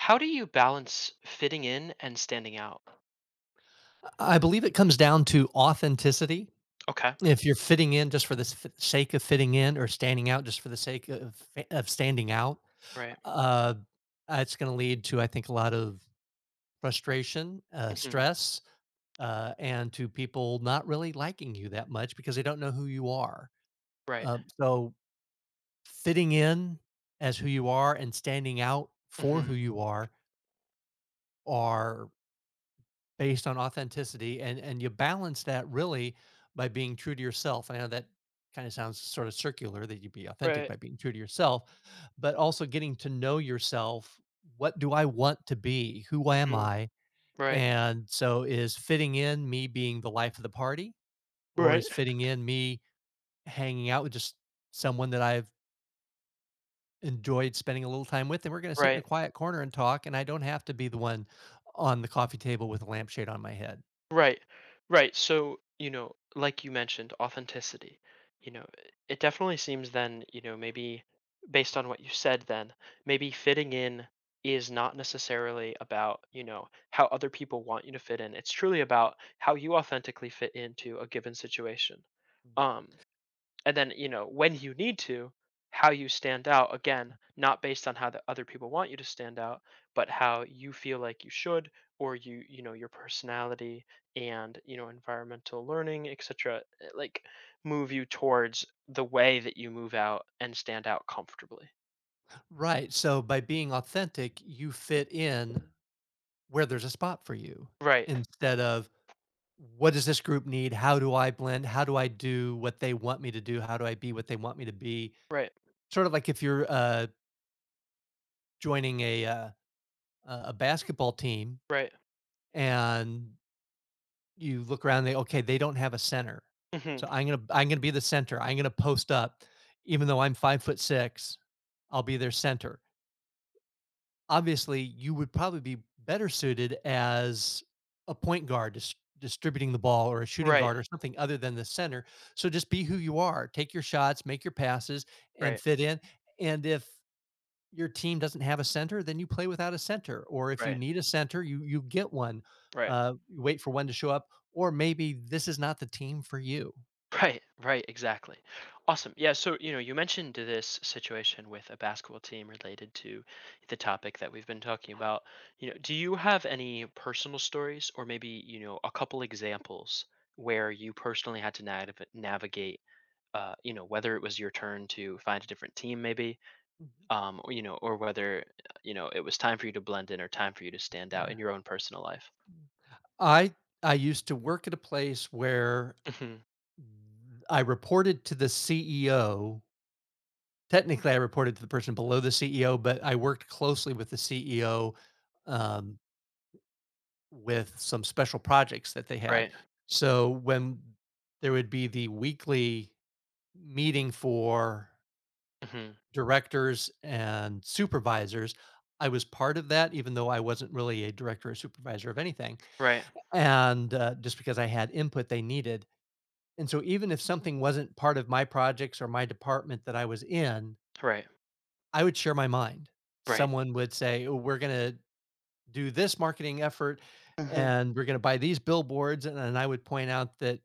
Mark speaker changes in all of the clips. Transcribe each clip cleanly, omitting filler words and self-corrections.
Speaker 1: How do you balance fitting in and standing out?
Speaker 2: I believe it comes down to authenticity.
Speaker 1: Okay.
Speaker 2: If you're fitting in just for the sake of fitting in or standing out just for the sake of standing out,
Speaker 1: Right.
Speaker 2: uh, it's going to lead to, I think, a lot of frustration,
Speaker 1: Mhm.
Speaker 2: stress, and to people not really liking you that much because they don't know who you are.
Speaker 1: Right.
Speaker 2: Uh, so, fitting in as who you are and standing out for who
Speaker 1: Mhm.
Speaker 2: you are based on authenticity, and you balance that really by being true to yourself. I know that kinda sounds sort of circular that you be authentic
Speaker 1: Right.
Speaker 2: by being true to yourself, but also getting to know yourself. What do I want to be? Who am
Speaker 1: Mhm.
Speaker 2: I?
Speaker 1: Right.
Speaker 2: And so is fitting in me being the life of the party, or
Speaker 1: Right.
Speaker 2: is fitting in me hanging out with just someone that I've enjoyed spending a little time with, and we're gonna sit in a
Speaker 1: Right.
Speaker 2: quiet corner and talk, and I don't have to be the one on the coffee table with a lampshade on my head?
Speaker 1: Right. Right. So, like you mentioned, authenticity. You know, it definitely seems then, maybe based on what you said then, maybe fitting in is not necessarily about, how other people want you to fit in. It's truly about how you authentically fit into a given situation. Um and then you know when you need to, how you stand out, again not based on how the other people want you to stand out, but how you feel like you should, or you know your personality, and environmental learning, etc., like, move you towards the way that you move out and stand out comfortably.
Speaker 2: Right. So by being authentic, you fit in where there's a spot for you
Speaker 1: Right.
Speaker 2: instead of what does this group need? How do I blend? How do I do what they want me to do? How do I be what they want me to be?
Speaker 1: Right.
Speaker 2: Sort of like if you're joining a a basketball team
Speaker 1: Right.
Speaker 2: and you look around, they okay, they don't have a center,
Speaker 1: Hmm.
Speaker 2: so I'm gonna be the center. I'm gonna post up, even though I'm 5 foot six, I'll be their center. Obviously you would probably be better suited as a point guard distributing the ball or a shooting
Speaker 1: Right.
Speaker 2: guard or something other than the center. So just be who you are, take your shots, make your passes, and
Speaker 1: Right.
Speaker 2: fit in. And if your team doesn't have a center, then you play without a center. Or if you
Speaker 1: Right.
Speaker 2: need a center, you get one.
Speaker 1: Right.
Speaker 2: You wait for one to show up, or maybe this is not the team for you.
Speaker 1: Right, right, exactly. Awesome. Yeah, so you mentioned this situation with a basketball team related to the topic that we've been talking about. Do you have any personal stories or maybe, a couple examples where you personally had to navigate, whether it was your turn to find a different team maybe, or whether, it was time for you to blend in or time for you to stand out
Speaker 2: Yeah.
Speaker 1: in your own personal life.
Speaker 2: I I used to work at a place where
Speaker 1: Hmm.
Speaker 2: I reported to the CEO. Technically, I reported to the person below the CEO, but I worked closely with the CEO, um, with some special projects that they had.
Speaker 1: Right.
Speaker 2: So when there would be the weekly meeting for
Speaker 1: Hmm.
Speaker 2: directors and supervisors, I was part of that, even though I wasn't really a director or supervisor of anything.
Speaker 1: Right.
Speaker 2: And Just because I had input they needed. And so even if something wasn't part of my projects or my department that I was in,
Speaker 1: Right.
Speaker 2: I would share my mind.
Speaker 1: Right.
Speaker 2: Someone would say, "Oh, we're gonna do this marketing effort
Speaker 1: Hmm.
Speaker 2: and we're gonna buy these billboards." And then I would point out that,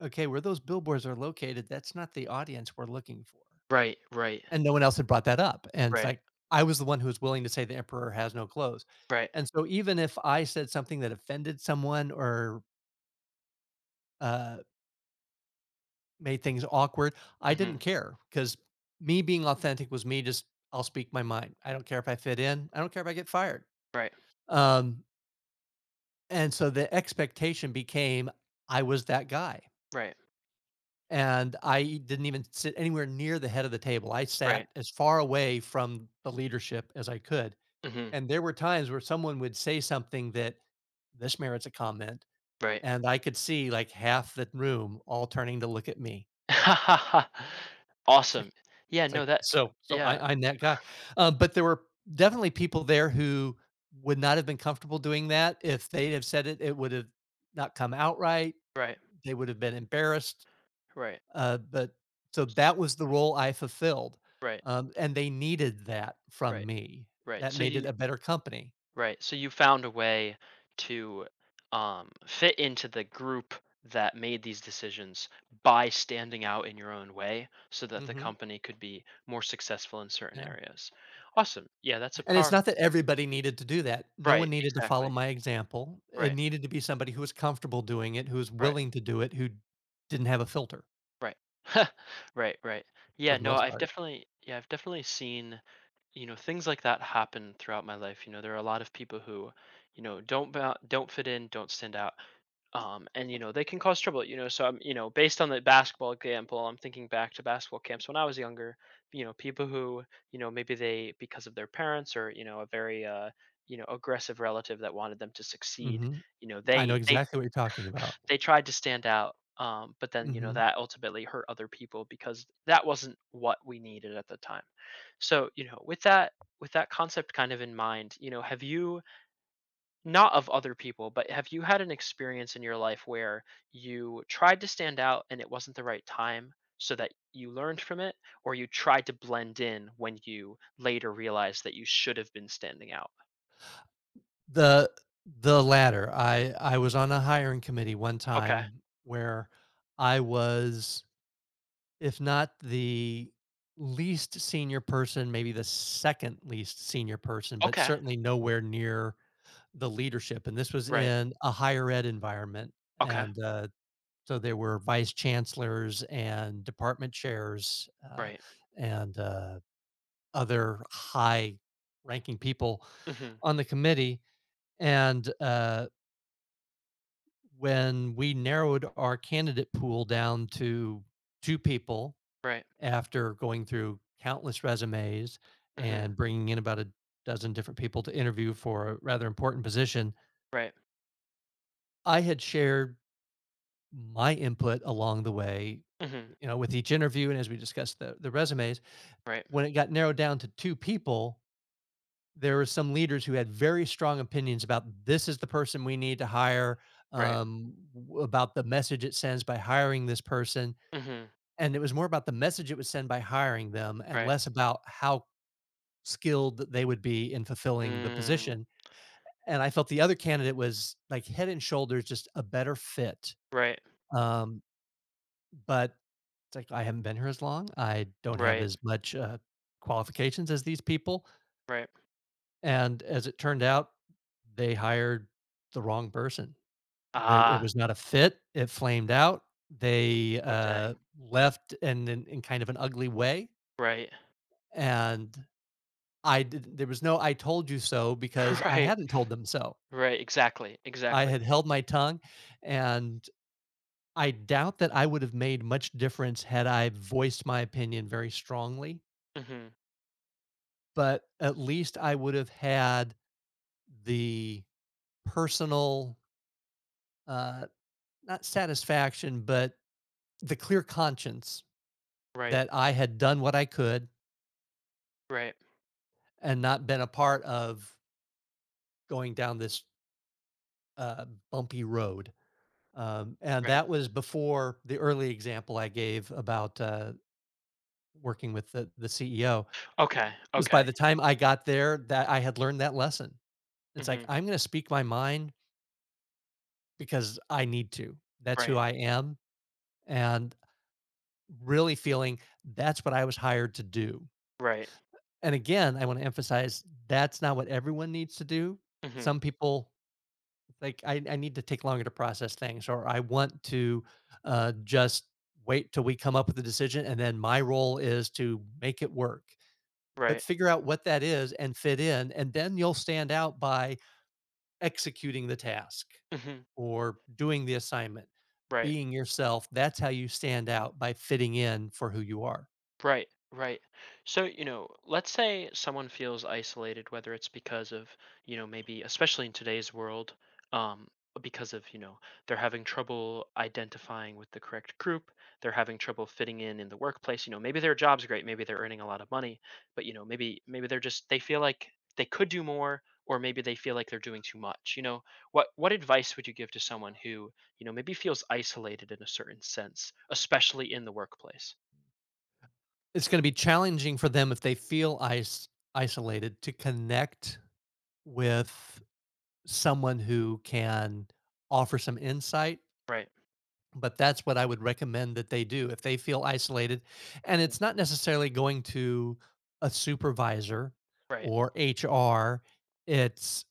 Speaker 2: okay, where those billboards are located, that's not the audience we're looking for.
Speaker 1: Right, right.
Speaker 2: And no one else had brought that up. And it's
Speaker 1: Right,
Speaker 2: like, I was the one who was willing to say the emperor has no clothes.
Speaker 1: right,
Speaker 2: And so even if I said something that offended someone or uh, made things awkward, I didn't
Speaker 1: mhm.
Speaker 2: care because me being authentic was me just, I'll speak my mind. I don't care if I fit in. I don't care if I get fired.
Speaker 1: Right,
Speaker 2: Um, And so the expectation became I was that guy.
Speaker 1: right,
Speaker 2: And I didn't even sit anywhere near the head of the table. I sat
Speaker 1: right,
Speaker 2: as far away from the leadership as I could.
Speaker 1: mhm.
Speaker 2: And there were times where someone would say something that this merits a comment.
Speaker 1: Right.
Speaker 2: And I could see like half the room all turning to look at me. It's
Speaker 1: Awesome.
Speaker 2: like,
Speaker 1: Yeah,
Speaker 2: it's
Speaker 1: no,
Speaker 2: like
Speaker 1: that
Speaker 2: so, so
Speaker 1: yeah.
Speaker 2: I, I'm that guy. But there were definitely people there who would not have been comfortable doing that. If they'd have said it, it would have not come out right.
Speaker 1: Right,
Speaker 2: They would have been embarrassed,
Speaker 1: right.
Speaker 2: but so
Speaker 1: s
Speaker 2: that was the role I fulfilled,
Speaker 1: Right,
Speaker 2: and they needed that from
Speaker 1: right,
Speaker 2: me.
Speaker 1: right.
Speaker 2: That
Speaker 1: so
Speaker 2: made it
Speaker 1: you
Speaker 2: a better company.
Speaker 1: Right. So you found a way to, fit into the group that made these decisions, by standing out in your own way so that the
Speaker 2: Mhm,
Speaker 1: company could be more successful in certain
Speaker 2: yeah,
Speaker 1: areas. Awesome. Yeah, that's a
Speaker 2: and it's
Speaker 1: power.
Speaker 2: not that everybody needed to do that. No
Speaker 1: Right,
Speaker 2: one needed to follow
Speaker 1: exactly.
Speaker 2: my example. It
Speaker 1: Right,
Speaker 2: needed to be somebody who was comfortable doing it, who was
Speaker 1: right.
Speaker 2: willing to do it, who didn't have a filter
Speaker 1: Right. Right, right.
Speaker 2: for
Speaker 1: Yeah,
Speaker 2: the
Speaker 1: no,
Speaker 2: most
Speaker 1: I've
Speaker 2: part.
Speaker 1: definitely yeah, I've definitely seen, things like that happen throughout my life. There are a lot of people who, don't fit in, don't stand out. And they can cause trouble. So I'm, based on the basketball example, I'm thinking back to basketball camps when I was younger, people who, maybe they because of their parents, or, a very aggressive relative that wanted them to succeed,
Speaker 2: Mhm.
Speaker 1: you know
Speaker 2: I know
Speaker 1: they they
Speaker 2: exactly what you're talking about.
Speaker 1: they tried to stand out, but then
Speaker 2: Mhm.
Speaker 1: that ultimately hurt other people because that wasn't what we needed at the time. So, with that concept kind of in mind, have you, not of other people, but have you had an experience in your life where you tried to stand out and it wasn't the right time, so that you learned from it, or you tried to blend in when you later realized that you should have been standing out?
Speaker 2: The the latter. I was on a hiring committee one
Speaker 1: Okay.
Speaker 2: time where I was, if not the least senior person, maybe the second least senior person, but
Speaker 1: Okay.
Speaker 2: certainly nowhere near the leadership. And this was
Speaker 1: Right.
Speaker 2: in a higher ed environment.
Speaker 1: Okay.
Speaker 2: And So there were vice chancellors and department chairs
Speaker 1: Right.
Speaker 2: and other high ranking people
Speaker 1: Mhm.
Speaker 2: on the committee. And When we narrowed our candidate pool down to two people,
Speaker 1: Right.
Speaker 2: after going through countless resumes
Speaker 1: Mhm.
Speaker 2: and bringing in about a dozen different people to interview for a rather important position,
Speaker 1: Right.
Speaker 2: I had shared my input along the way,
Speaker 1: Mhm.
Speaker 2: you know, with each interview and as we discussed the resumes.
Speaker 1: Right,
Speaker 2: When it got narrowed down to two people, there were some leaders who had very strong opinions about this is the person we need to hire,
Speaker 1: right.
Speaker 2: about the message it sends by hiring this person.
Speaker 1: Mhm,
Speaker 2: And it was more about the message it would send by hiring them and
Speaker 1: right.
Speaker 2: less about how skilled that they would be in fulfilling the
Speaker 1: Mm,
Speaker 2: position. And I felt the other candidate was like head and shoulders just a better fit.
Speaker 1: right,
Speaker 2: Um, but it's like I haven't been here as long. I don't have
Speaker 1: right,
Speaker 2: as much qualifications as these people.
Speaker 1: right.
Speaker 2: And as it turned out, they hired the wrong person. That it
Speaker 1: Ah,
Speaker 2: was not a fit. It flamed out. They
Speaker 1: oh, dang.
Speaker 2: left and in kind of an ugly way.
Speaker 1: Right.
Speaker 2: And I did, there was no I told you so because I
Speaker 1: Right,
Speaker 2: hadn't told them so.
Speaker 1: right, exactly,
Speaker 2: I
Speaker 1: exactly.
Speaker 2: had held my tongue, and I doubt that I would have made much difference had I voiced my opinion very strongly,
Speaker 1: Mhm,
Speaker 2: but at least I would have had the personal, uh, not satisfaction, but the clear conscience
Speaker 1: right,
Speaker 2: that I had done what I could
Speaker 1: right,
Speaker 2: and not been a part of going down this, bumpy road, and
Speaker 1: right.
Speaker 2: that was before the early example I gave about, working with the CEO.
Speaker 1: Okay,
Speaker 2: 'Cause by
Speaker 1: okay.
Speaker 2: the time I got there, that I had learned that lesson. It's like,
Speaker 1: Mhm,
Speaker 2: I'm gonna speak my mind because I need to. That's who
Speaker 1: right,
Speaker 2: I am, and really feeling that's what I was hired to do.
Speaker 1: right.
Speaker 2: And again, I wanna emphasize that's not what everyone needs to do.
Speaker 1: Mhm,
Speaker 2: Some people, like, I need to take longer to process things, or I want to, just wait till we come up with a decision, and then my role is to make it work. But
Speaker 1: right.
Speaker 2: figure out what that is and fit in, and then you'll stand out by executing the task
Speaker 1: Mhm,
Speaker 2: or doing the assignment,
Speaker 1: right.
Speaker 2: being yourself. That's how you stand out by fitting in for who you are.
Speaker 1: Right, right. So, let's say someone feels isolated, whether it's because of, maybe especially in today's world, um, because of, they're having trouble identifying with the correct group, they're having trouble fitting in the workplace, maybe their job's great, maybe they're earning a lot of money, but maybe they feel like they could do more, or maybe they feel like they're doing too much. What advice would you give to someone who, maybe feels isolated in a certain sense, especially in the workplace?
Speaker 2: It's going to be challenging for them if they feel isolated to connect with someone who can offer some insight.
Speaker 1: Right.
Speaker 2: But that's what I would recommend that they do if they feel isolated, and it's not necessarily going to a supervisor
Speaker 1: Right,
Speaker 2: or HR, it's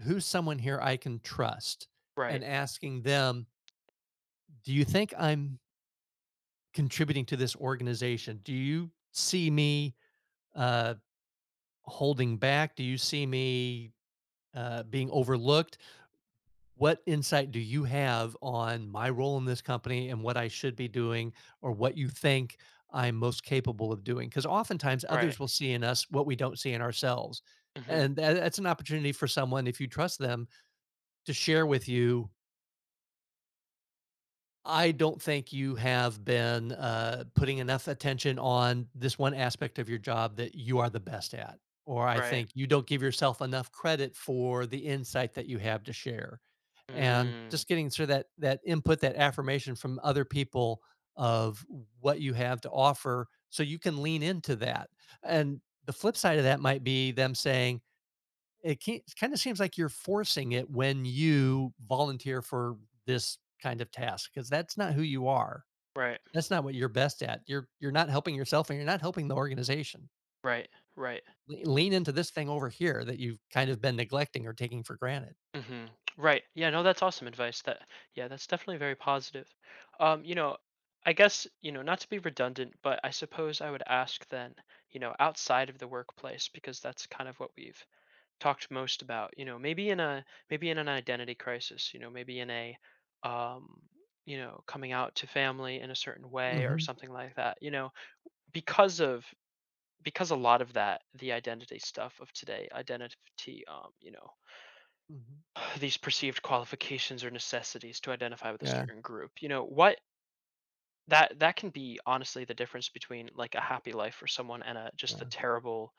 Speaker 2: who's someone here I can trust,
Speaker 1: right,
Speaker 2: and asking them, "Do you think I'm contributing to this organization? Do you see me, uh, holding back? Do you see me, being overlooked? What insight do you have on my role in this company and what I should be doing or what you think I'm most capable of doing? Because oftentimes
Speaker 1: right,
Speaker 2: others will see in us what we don't see in ourselves.
Speaker 1: mhm.
Speaker 2: And that's an opportunity for someone, if you trust them, to share with you. I don't think you have been putting enough attention on this one aspect of your job that you are the best at. Or I
Speaker 1: Right,
Speaker 2: think you don't give yourself enough credit for the insight that you have to share. And
Speaker 1: mm.
Speaker 2: just getting sort of that input, that affirmation from other people of what you have to offer so you can lean into that. And the flip side of that might be them saying, it can't, kind of seems like you're forcing it when you volunteer for this kind of task because that's not who you are.
Speaker 1: Right,
Speaker 2: That's not what you're best at. You're not helping yourself and you're not helping the organization.
Speaker 1: right, right,
Speaker 2: Lean into this thing over here that you've kind of been neglecting or taking for granted.
Speaker 1: mhm. Right, yeah, no, that's awesome advice. That Yeah, that's definitely very positive. Um, you know, I guess, not to be redundant, but I suppose I would ask then, outside of the workplace, because that's kind of what we've talked most about. Maybe in a, maybe in an identity crisis, you know, um, coming out to family in a certain way or
Speaker 2: Hmm.
Speaker 1: something like that, because of because a lot of that, the identity stuff of today, identity,
Speaker 2: Hmm.
Speaker 1: these perceived qualifications or necessities to identify with a
Speaker 2: Yeah,
Speaker 1: certain group, you know what, that can be honestly the difference between like a happy life for someone and a just the
Speaker 2: yeah,
Speaker 1: terrible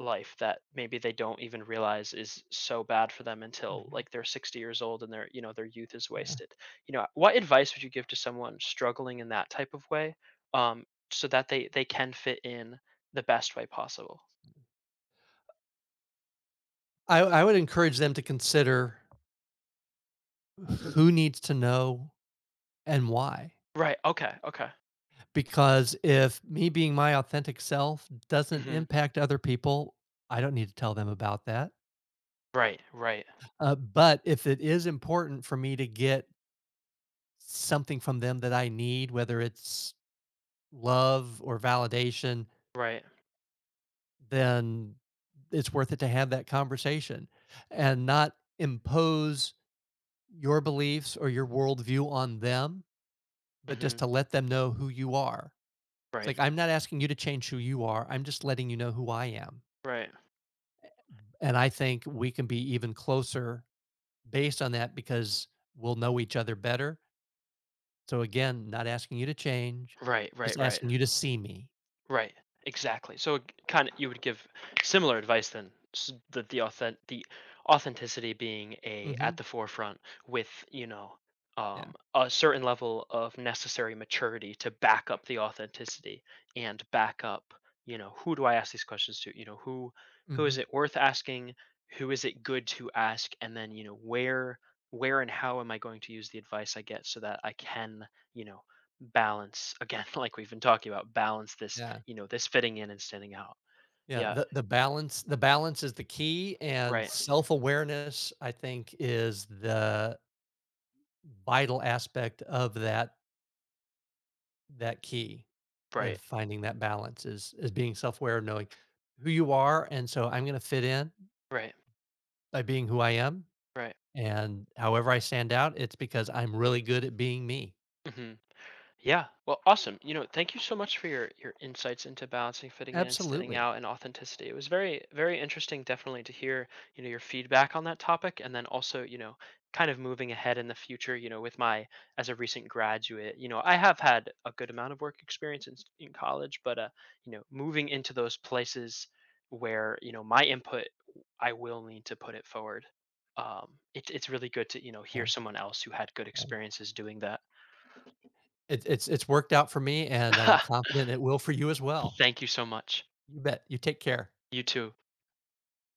Speaker 1: life that maybe they don't even realize is so bad for them until
Speaker 2: mhm,
Speaker 1: like they're 60 years old, and their youth is
Speaker 2: yeah.
Speaker 1: wasted. What advice would you give to someone struggling in that type of way, um so that they can fit in the best way possible?
Speaker 2: I would encourage them to consider who needs to know and why,
Speaker 1: Right, okay, okay.
Speaker 2: because if me being my authentic self doesn't
Speaker 1: Mhm.
Speaker 2: impact other people, I don't need to tell them about that,
Speaker 1: Right, right,
Speaker 2: but if it is important for me to get something from them that I need, whether it's love or validation,
Speaker 1: right.
Speaker 2: then it's worth it to have that conversation and not impose your beliefs or your worldview on them. But
Speaker 1: Mhm.
Speaker 2: just to let them know who you are. It's
Speaker 1: Right,
Speaker 2: like, I'm not asking you to change who you are. I'm just letting you know who I am.
Speaker 1: right,
Speaker 2: And I think we can be even closer based on that because we'll know each other better. So again, not asking you to change,
Speaker 1: right,
Speaker 2: just
Speaker 1: right, right.
Speaker 2: asking you to see me.
Speaker 1: Right, exactly. So kind of you would give similar advice then, that the authenticity being a
Speaker 2: Hmm.
Speaker 1: at the forefront, with,
Speaker 2: Yeah.
Speaker 1: a certain level of necessary maturity to back up the authenticity, and back up, who do I ask these questions to? You know, who is
Speaker 2: Hmm.
Speaker 1: it worth asking? Who is it good to ask? And then, where and how am I going to use the advice I get so that I can, you know, balance again like we've been talking about, balance this
Speaker 2: Yeah.
Speaker 1: you know, this fitting in and standing out.
Speaker 2: Yeah.
Speaker 1: Yeah.
Speaker 2: The balance, the balance is the key. And
Speaker 1: Right.
Speaker 2: self-awareness, I think, is the vital aspect of that, that key
Speaker 1: Right.
Speaker 2: of finding that balance is being self-aware of knowing who you are. And so I'm going to fit in
Speaker 1: Right.
Speaker 2: by being who I am,
Speaker 1: Right.
Speaker 2: and however I stand out it's because I'm really good at being me.
Speaker 1: Mhm. Yeah. Well, awesome. Thank you so much for your insights into balancing fitting in and standing
Speaker 2: Absolutely.
Speaker 1: out and authenticity. It was very very interesting, definitely to hear, your feedback on that topic, and then also, kind of moving ahead in the future, with my as a recent graduate, I have had a good amount of work experience in college, but moving into those places where, my input I will need to put it forward. It's really good to, hear
Speaker 2: Yeah,
Speaker 1: someone else who had good
Speaker 2: yeah.
Speaker 1: experiences doing that.
Speaker 2: It, it's worked out for me and I'm confident it will for you as well.
Speaker 1: Thank you so much.
Speaker 2: You bet. You take care.
Speaker 1: You too.